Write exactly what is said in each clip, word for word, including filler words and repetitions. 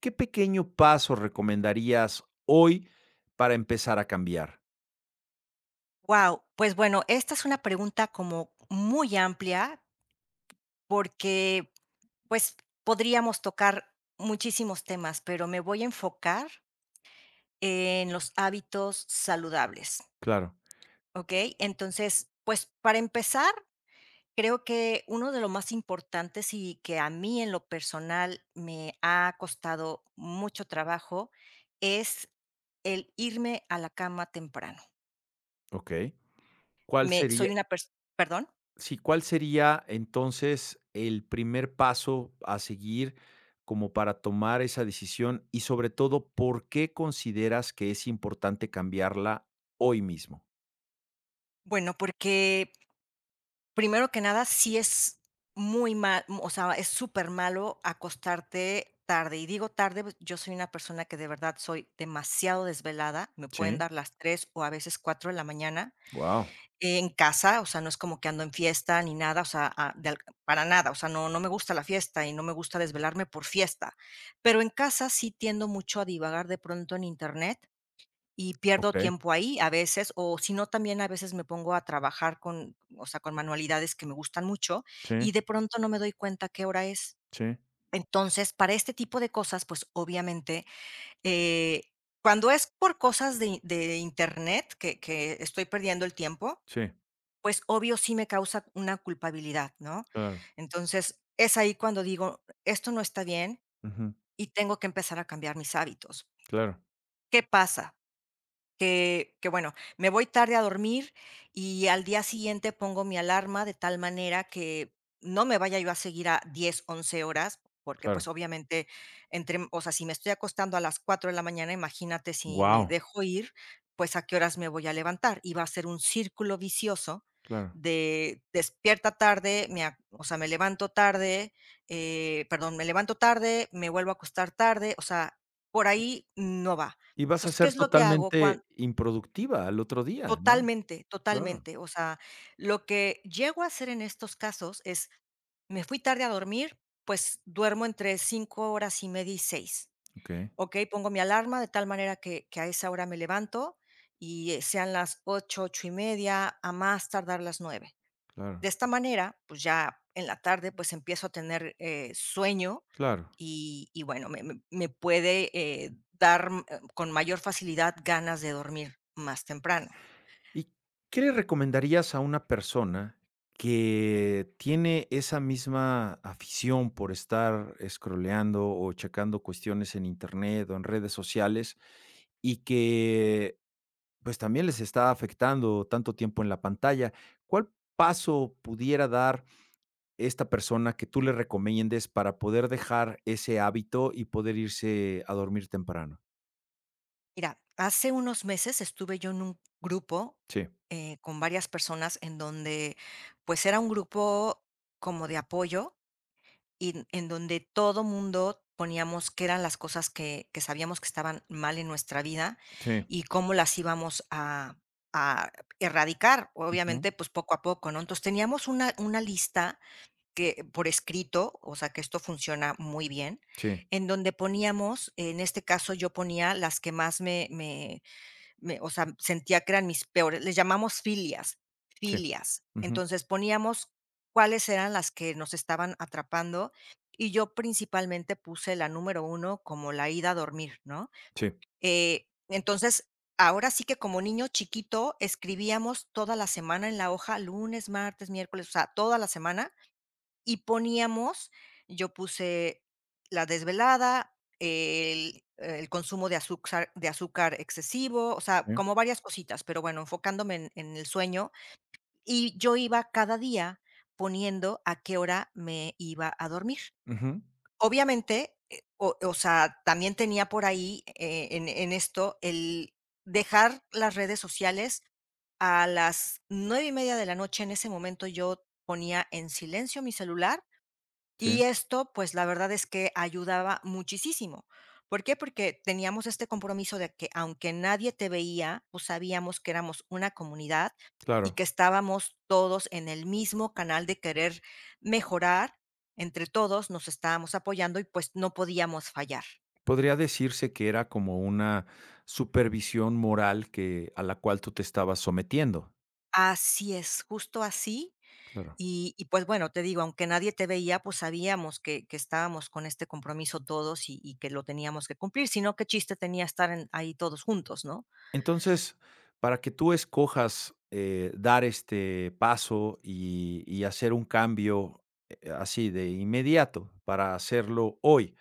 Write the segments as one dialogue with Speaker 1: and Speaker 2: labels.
Speaker 1: ¿Qué pequeño paso recomendarías hoy para empezar a cambiar?
Speaker 2: Wow, pues bueno, esta es una pregunta como muy amplia porque, pues, podríamos tocar muchísimos temas, pero me voy a enfocar en los hábitos saludables,
Speaker 1: Claro,
Speaker 2: ¿ok? Entonces, pues, para empezar, creo que uno de lo más importantes y que a mí en lo personal me ha costado mucho trabajo es el irme a la cama temprano.
Speaker 1: ¿ok? ¿Cuál
Speaker 2: Me
Speaker 1: sería?
Speaker 2: soy una pers ¿Perdón?
Speaker 1: Sí, ¿cuál sería entonces el primer paso a seguir como para tomar esa decisión? Y sobre todo, ¿por qué consideras que es importante cambiarla hoy mismo?
Speaker 2: Bueno, porque primero que nada, sí es muy mal, o sea, es súper malo acostarte tarde, y digo tarde, pues, yo soy una persona que de verdad soy demasiado desvelada, me pueden
Speaker 1: Sí,
Speaker 2: dar las tres o a veces cuatro de la mañana
Speaker 1: wow.
Speaker 2: en casa, o sea, no es como que ando en fiesta ni nada, o sea, ah, de al para nada, o sea, no no me gusta la fiesta y no me gusta desvelarme por fiesta, pero en casa sí tiendo mucho a divagar de pronto en Internet y pierdo
Speaker 1: Ok.
Speaker 2: tiempo ahí a veces, o si no, también a veces me pongo a trabajar con, o sea, con manualidades que me gustan mucho
Speaker 1: Sí,
Speaker 2: y de pronto no me doy cuenta qué hora es.
Speaker 1: sí,
Speaker 2: Entonces, para este tipo de cosas, pues obviamente, eh, cuando es por cosas de de Internet que que estoy perdiendo el tiempo,
Speaker 1: sí,
Speaker 2: pues obvio sí me causa una culpabilidad, ¿no?
Speaker 1: claro.
Speaker 2: Entonces, es ahí cuando digo, esto no está bien
Speaker 1: Ujú,
Speaker 2: y tengo que empezar a cambiar mis hábitos.
Speaker 1: claro,
Speaker 2: ¿Qué pasa? Que que bueno, me voy tarde a dormir y al día siguiente pongo mi alarma de tal manera que no me vaya yo a seguir a diez once horas, porque, pues,
Speaker 1: claro.
Speaker 2: obviamente, entre o sea, si me estoy acostando a las cuatro de la mañana, imagínate si me
Speaker 1: Wow.
Speaker 2: dejo ir, pues, ¿a qué horas me voy a levantar? Y va a ser un círculo vicioso
Speaker 1: Claro.
Speaker 2: de despierta tarde, me ac o sea, me levanto tarde, eh, perdón, me levanto tarde, me vuelvo a acostar tarde, o sea, por ahí no va.
Speaker 1: Y vas a
Speaker 2: Entonces, ¿qué
Speaker 1: ser
Speaker 2: es lo que hago?
Speaker 1: totalmente improductiva al otro día, ¿no?
Speaker 2: Totalmente,
Speaker 1: Claro,
Speaker 2: totalmente. O sea, lo que llego a hacer en estos casos es, me fui tarde a dormir, pues duermo entre cinco horas y media y seis.
Speaker 1: okey,
Speaker 2: ¿Okey? Pongo mi alarma de tal manera que que a esa hora me levanto y, eh, sean las ocho ocho y media, a más tardar las nueve.
Speaker 1: claro,
Speaker 2: De esta manera, pues ya en la tarde, pues empiezo a tener, eh, sueño
Speaker 1: claro.
Speaker 2: y y bueno, me me me puede, eh, dar, mm, eh, con mayor facilidad ganas de dormir más temprano.
Speaker 1: ¿Y qué le recomendarías a una persona que tiene esa misma afición por estar scrolleando o checando cuestiones en Internet o en redes sociales y que, pues, también les está afectando tanto tiempo en la pantalla? ¿Cuál paso pudiera dar esta persona que tú le recomiendes para poder dejar ese hábito y poder irse a dormir temprano?
Speaker 2: Mira, hace unos meses estuve yo en un grupo,
Speaker 1: Sí.
Speaker 2: eh, con varias personas en donde, pues, era un grupo como de apoyo y en en donde todo mundo poníamos qué eran las cosas que que sabíamos que estaban mal en nuestra vida
Speaker 1: Sí,
Speaker 2: y cómo las íbamos a a erradicar,
Speaker 1: ujú.
Speaker 2: obviamente, pues, poco a poco, ¿no? Entonces, teníamos una una lista que por escrito, o sea, que esto funciona muy bien,
Speaker 1: Sí.
Speaker 2: en donde poníamos, en este caso, yo ponía las que más me me me o sea, sentía que eran mis peores les llamamos filias,
Speaker 1: Sí.
Speaker 2: filias.
Speaker 1: Ujú.
Speaker 2: Entonces, poníamos cuáles eran las que nos estaban atrapando, y yo principalmente puse la número uno como la ida a dormir, ¿no?
Speaker 1: Sí,
Speaker 2: Eh, entonces, ahora sí que como niño chiquito escribíamos toda la semana en la hoja, lunes, martes, miércoles, o sea, toda la semana y poníamos, yo puse la desvelada, el el consumo de azúcar de azúcar excesivo, o
Speaker 1: sí.
Speaker 2: sea, como varias cositas, pero bueno, enfocándome en en el sueño, y yo iba cada día poniendo a qué hora me iba a dormir.
Speaker 1: Ujú.
Speaker 2: Obviamente, eh, o o sea, también tenía por ahí, eh, en en esto el dejar las redes sociales a las nueve y media de la noche, en ese momento yo ponía en silencio mi celular
Speaker 1: Sí,
Speaker 2: y esto, pues, la verdad es que ayudaba muchísimo. ¿Por qué? Porque teníamos este compromiso de que, aunque nadie te veía, pues, sabíamos que éramos una comunidad y
Speaker 1: claro.
Speaker 2: que estábamos todos en el mismo canal de querer mejorar. Entre todos nos estábamos apoyando y, pues, no podíamos fallar.
Speaker 1: Podría decirse que era como una supervisión moral que a la cual tú te estabas sometiendo.
Speaker 2: Así es, justo así.
Speaker 1: Claro.
Speaker 2: Y y, pues, bueno, te digo, aunque nadie te veía, pues, sabíamos que que estábamos con este compromiso todos y y que lo teníamos que cumplir. Sino, ¿qué chiste tenía estar en ahí todos juntos, no?
Speaker 1: Entonces, para que tú escojas, eh, dar este paso y y hacer un cambio, eh, así de inmediato, para hacerlo hoy.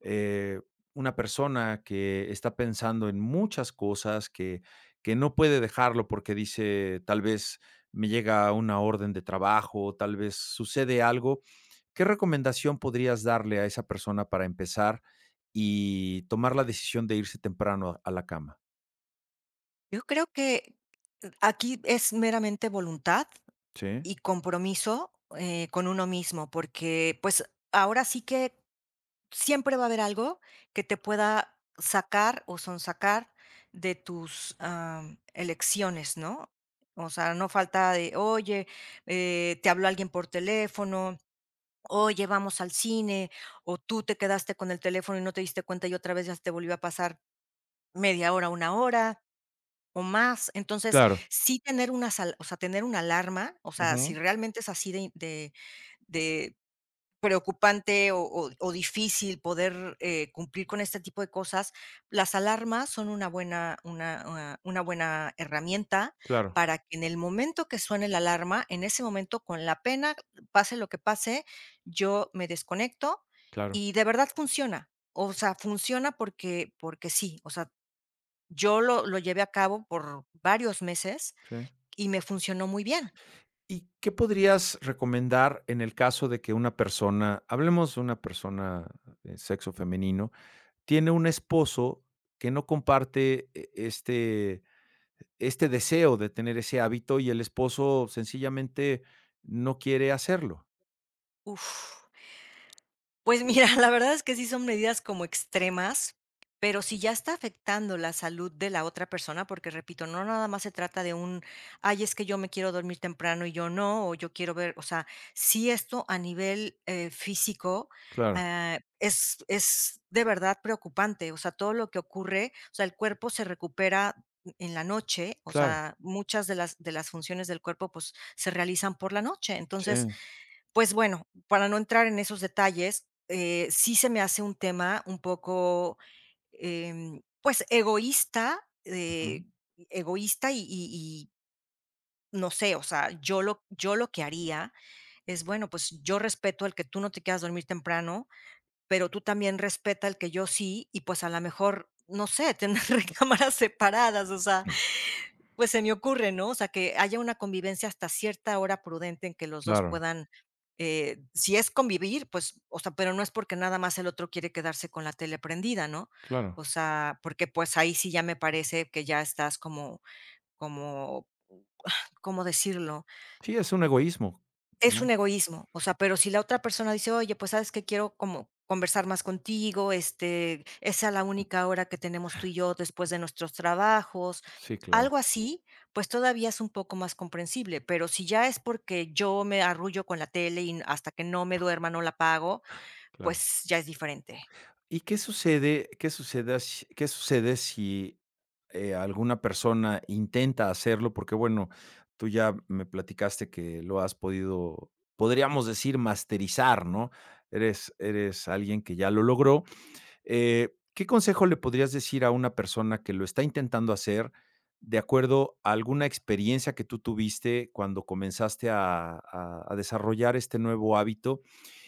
Speaker 1: Eh, una persona que está pensando en muchas cosas, que, que no puede dejarlo porque dice, tal vez me llega una orden de trabajo, tal vez sucede algo, ¿qué recomendación podrías darle a esa persona para empezar y tomar la decisión de irse temprano a, a la cama?
Speaker 2: Yo creo que eh, aquí es meramente voluntad
Speaker 1: ¿Sí?
Speaker 2: y compromiso, eh, con uno mismo, porque, pues, ahora sí que siempre va a haber algo que te pueda sacar o sonsacar de tus, am, elecciones, ¿no? O sea, no falta de: "Oye, eh, te habló alguien por teléfono, oye, vamos al cine", o tú te quedaste con el teléfono y no te diste cuenta y otra vez ya te volvió a pasar media hora, una hora. O más. Entonces,
Speaker 1: Claro.
Speaker 2: sí tener una al o sea, tener una alarma, o sea, si
Speaker 1: Ujú.
Speaker 2: realmente es así de de de preocupante o o o difícil poder, eh, cumplir con este tipo de cosas, las alarmas son una buena una una una buena herramienta
Speaker 1: Claro,
Speaker 2: para que en el momento que suene la alarma, en ese momento, con la pena, pase lo que pase, yo me desconecto
Speaker 1: claro.
Speaker 2: y de verdad funciona. O sea, funciona porque porque sí, o sea, yo lo lo llevé a cabo por varios meses
Speaker 1: Sí.
Speaker 2: y me funcionó muy bien.
Speaker 1: ¿Y qué podrías recomendar en el caso de que una persona, hablemos de una persona de sexo femenino, tiene un esposo que no comparte e- este, este deseo de tener ese hábito y el esposo sencillamente no quiere hacerlo?
Speaker 2: Uf. Pues mira, la verdad es que sí son medidas como extremas, pero si ya está afectando la salud de la otra persona, porque repito, no nada más se trata de un, ay, es que yo me quiero dormir temprano y yo no, o yo quiero ver, o sea, si esto a nivel eh, físico
Speaker 1: Claro,
Speaker 2: ah, es, es de verdad preocupante, o sea, todo lo que ocurre, o sea, el cuerpo se recupera en la noche, o
Speaker 1: claro,
Speaker 2: sea, muchas de las, de las funciones del cuerpo pues se realizan por la noche, entonces
Speaker 1: sí,
Speaker 2: pues bueno, para no entrar en esos detalles, eh, sí se me hace un tema un poco, em, pues, egoísta,
Speaker 1: ujú,
Speaker 2: eh, egoísta y y y no sé, o sea, yo lo yo lo que haría es, bueno, pues, yo respeto el que tú no te quieras dormir temprano, pero tú también respeta el que yo sí, y, pues, a lo mejor, no sé, tener recámaras separadas, o sea, pues se me ocurre, ¿no? O sea, que haya una convivencia hasta cierta hora prudente en que los dos
Speaker 1: claro,
Speaker 2: puedan, eh, si es convivir, pues, o sea, pero no es porque nada más el otro quiere quedarse con la tele prendida, ¿no? O
Speaker 1: claro.
Speaker 2: sea, porque, pues, ahí sí ya me parece que ya estás como como, ¿cómo decirlo?
Speaker 1: Sí, es un egoísmo.
Speaker 2: Es
Speaker 1: ¿No?
Speaker 2: un egoísmo, o sea, pero si la otra persona dice: "Oye, pues, ¿sabes que quiero como conversar más contigo, este, esa es la única hora que tenemos tú y yo después de nuestros trabajos",
Speaker 1: Sí, claro,
Speaker 2: algo así, pues, todavía es un poco más comprensible, pero si ya es porque yo me arrullo con la tele y hasta que no me duerma no la apago,
Speaker 1: claro.
Speaker 2: pues, ya es diferente.
Speaker 1: ¿Y qué sucede, qué sucede si qué sucede si eh, alguna persona intenta hacerlo? Porque, bueno, tú ya me platicaste que lo has podido, podríamos decir, masterizar, ¿no? Eres eres alguien que ya lo logró. Eh, ¿qué consejo le podrías decir a una persona que lo está intentando hacer de acuerdo a alguna experiencia que tú tuviste cuando comenzaste a a a desarrollar este nuevo hábito,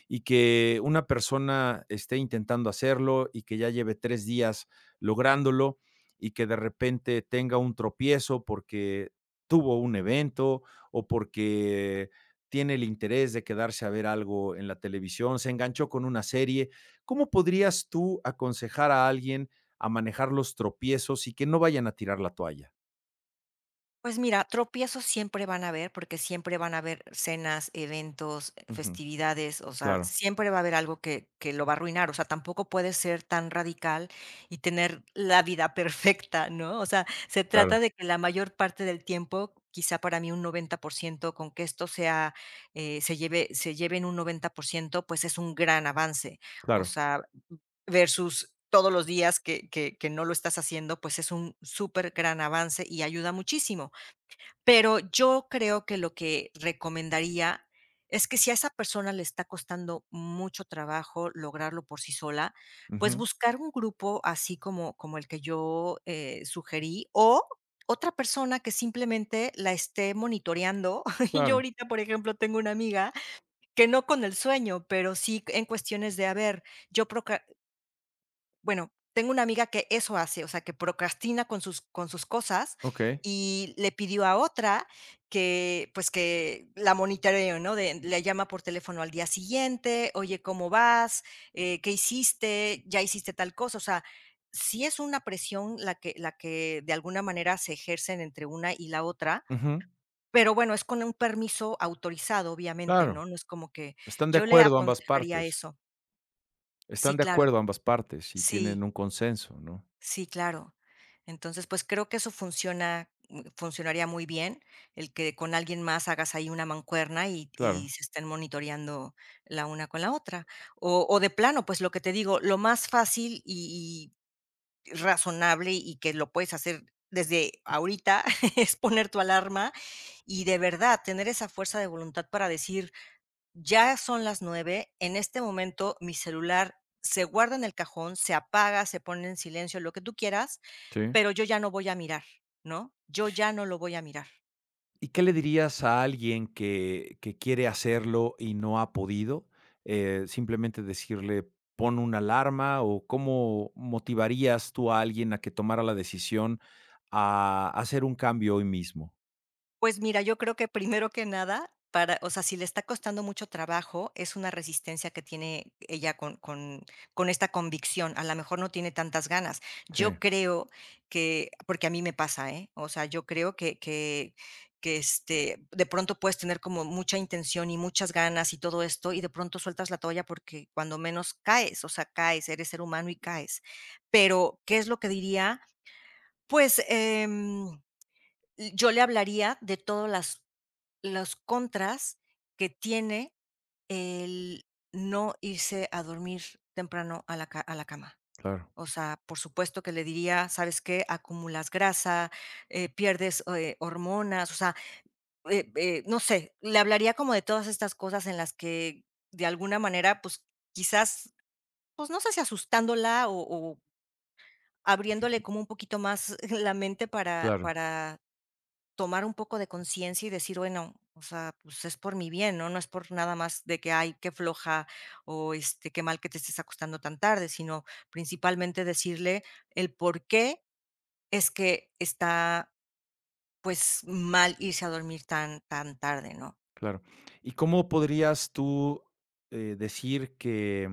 Speaker 1: y que una persona esté intentando hacerlo y que ya lleve tres días lográndolo, y que de repente tenga un tropiezo porque tuvo un evento o porque tiene el interés de quedarse a ver algo en la televisión, se enganchó con una serie? ¿Cómo podrías tú aconsejar a alguien a manejar los tropiezos y que no vayan a tirar la toalla?
Speaker 2: Pues mira, tropiezos siempre van a haber, porque siempre van a haber cenas, eventos, eh,
Speaker 1: Ujú,
Speaker 2: festividades, o sea,
Speaker 1: claro,
Speaker 2: siempre va a haber algo que, que lo va a arruinar, o sea, tampoco puedes ser tan radical y tener la vida perfecta, ¿no? O sea, se
Speaker 1: claro,
Speaker 2: trata de que la mayor parte del tiempo, quizá para mí un noventa por ciento con que esto sea, eh, se lleve, se lleve en un noventa por ciento, pues es un gran avance, o
Speaker 1: claro.
Speaker 2: sea, versus todos los días que, que, que no lo estás haciendo, pues es un súper gran avance y ayuda muchísimo. Pero yo creo que lo que recomendaría es que si a esa persona le está costando mucho trabajo lograrlo por sí sola, pues
Speaker 1: Ujú,
Speaker 2: buscar un grupo así como como el que yo, eh, sugerí, o otra persona que simplemente la esté monitoreando. Yo
Speaker 1: claro.
Speaker 2: ahorita, por ejemplo, tengo una amiga que no con el sueño, pero sí en cuestiones de, a ver, yo bueno, tengo una amiga que eso hace, o sea, que procrastina con sus con sus cosas,
Speaker 1: Okey.
Speaker 2: y le pidió a otra que, pues, que la monitoreo, ¿no? De le llama por teléfono al día siguiente: "Oye, ¿cómo vas? Eh, ¿qué hiciste? ¿Ya hiciste tal cosa?". O sea, sí es una presión la que la que de alguna manera se ejercen entre una y la otra,
Speaker 1: Ujú,
Speaker 2: pero bueno, es con un permiso autorizado, obviamente, ¿no?
Speaker 1: claro.
Speaker 2: No es como que
Speaker 1: Están de
Speaker 2: yo le
Speaker 1: acuerdo ambas
Speaker 2: aconsejaría
Speaker 1: partes,
Speaker 2: eso.
Speaker 1: están
Speaker 2: Sí,
Speaker 1: de
Speaker 2: claro.
Speaker 1: acuerdo ambas partes y tienen
Speaker 2: Sí.
Speaker 1: un consenso, ¿no?
Speaker 2: Sí, claro. Entonces, pues creo que eso funciona, mm, funcionaría muy bien, el que con alguien más hagas ahí una mancuerna y, y
Speaker 1: Claro,
Speaker 2: se estén monitoreando la una con la otra. O, o de plano, pues lo que te digo, lo más fácil y, y razonable y que lo puedes hacer desde ahorita es poner tu alarma y de verdad tener esa fuerza de voluntad para decir, ya son las nueve, en este momento mi celular se guarda en el cajón, se apaga, se pone en silencio, lo que tú quieras,
Speaker 1: sí.
Speaker 2: pero yo ya no voy a mirar, ¿no? Yo ya no lo voy a mirar.
Speaker 1: ¿Y qué le dirías a alguien que que quiere hacerlo y no ha podido? Eh, simplemente decirle, pon una alarma, o ¿cómo motivarías tú a alguien a que tomara la decisión a hacer un cambio hoy mismo?
Speaker 2: Pues mira, yo creo que primero que nada, para o sea, si le está costando mucho trabajo, es una resistencia que tiene ella con con con esta convicción, a lo mejor no tiene tantas ganas.
Speaker 1: Sí,
Speaker 2: Yo creo que porque a mí me pasa, ¿eh? O sea, yo creo que que que, este, de pronto puedes tener como mucha intención y muchas ganas y todo esto, y de pronto sueltas la toalla porque cuando menos caes, o sea, caes, eres ser humano y caes. Pero, ¿qué es lo que diría? Pues, em, yo le hablaría de todas las los contras que tiene el no irse a dormir temprano a la ca a la cama.
Speaker 1: claro,
Speaker 2: O sea, por supuesto que le diría: "¿Sabes qué? Acumulas grasa, eh, pierdes, eh, hormonas", o sea, eh eh, no sé, le hablaría como de todas estas cosas en las que, de alguna manera, pues, quizás, pues, no sé si asustándola o o abriéndole como un poquito más la mente para
Speaker 1: claro.
Speaker 2: para tomar un poco de conciencia y decir, bueno, o sea, pues es por mi bien, ¿no? No es por nada más de que, ay, qué floja o este, qué mal que te estés acostando tan tarde, sino principalmente decirle el por qué es que está, pues, mal irse a dormir tan, tan tarde, ¿no?
Speaker 1: Claro. ¿Y cómo podrías tú eh, decir que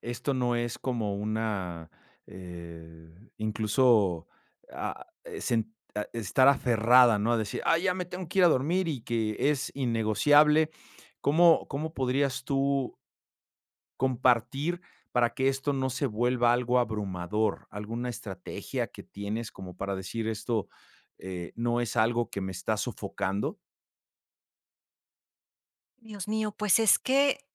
Speaker 1: esto no es como una, eh, incluso, ah, sen a estar aferrada, ¿no? A decir: "Ah, ya me tengo que ir a dormir", y que es innegociable. ¿Cómo cómo podrías tú compartir para que esto no se vuelva algo abrumador? ¿Alguna estrategia que tienes como para decir esto eh, no es algo que me está sofocando?
Speaker 2: Dios mío, pues es que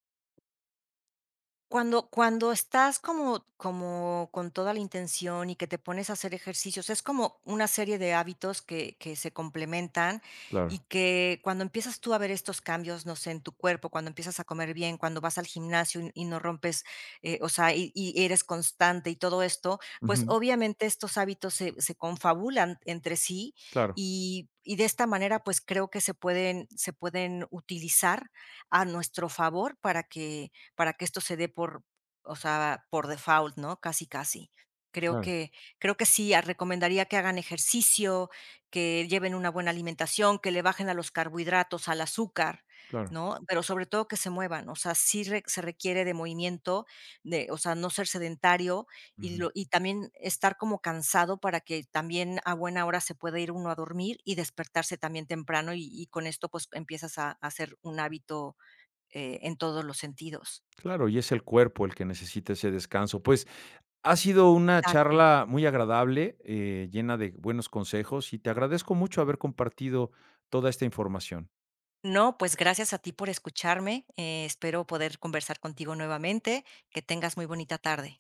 Speaker 2: Cuando cuando estás como como con toda la intención y que te pones a hacer ejercicios, es como una serie de hábitos que que se complementan y
Speaker 1: Claro.
Speaker 2: que cuando empiezas tú a ver estos cambios, no sé, en tu cuerpo, cuando empiezas a comer bien, cuando vas al gimnasio y y no rompes, eh, o sea, y y eres constante y todo esto, pues,
Speaker 1: Ujú.
Speaker 2: obviamente, estos hábitos se se confabulan entre sí
Speaker 1: Claro,
Speaker 2: y y de esta manera, pues, creo que se pueden se pueden utilizar a nuestro favor para que para que esto se dé por, o sea, por default, ¿no? Casi, casi. Creo
Speaker 1: claro.
Speaker 2: que creo que sí, ah, recomendaría que hagan ejercicio, que lleven una buena alimentación, que le bajen a los carbohidratos, al azúcar,
Speaker 1: Claro,
Speaker 2: ¿no? Pero sobre todo que se muevan, o sea, sí re se requiere de movimiento, de, o sea, no ser sedentario y
Speaker 1: ujú.
Speaker 2: lo y también estar como cansado para que también a buena hora se pueda ir uno a dormir y despertarse también temprano, y y con esto, pues, empiezas a a hacer un hábito, eh, en todos los sentidos.
Speaker 1: Claro, y es el cuerpo el que necesita ese descanso. Pues, ha sido una
Speaker 2: Exacto.
Speaker 1: charla muy agradable, eh, llena de buenos consejos, y te agradezco mucho haber compartido toda esta información.
Speaker 2: No, pues gracias a ti por escucharme. Eh, espero poder conversar contigo nuevamente. Que tengas muy bonita tarde.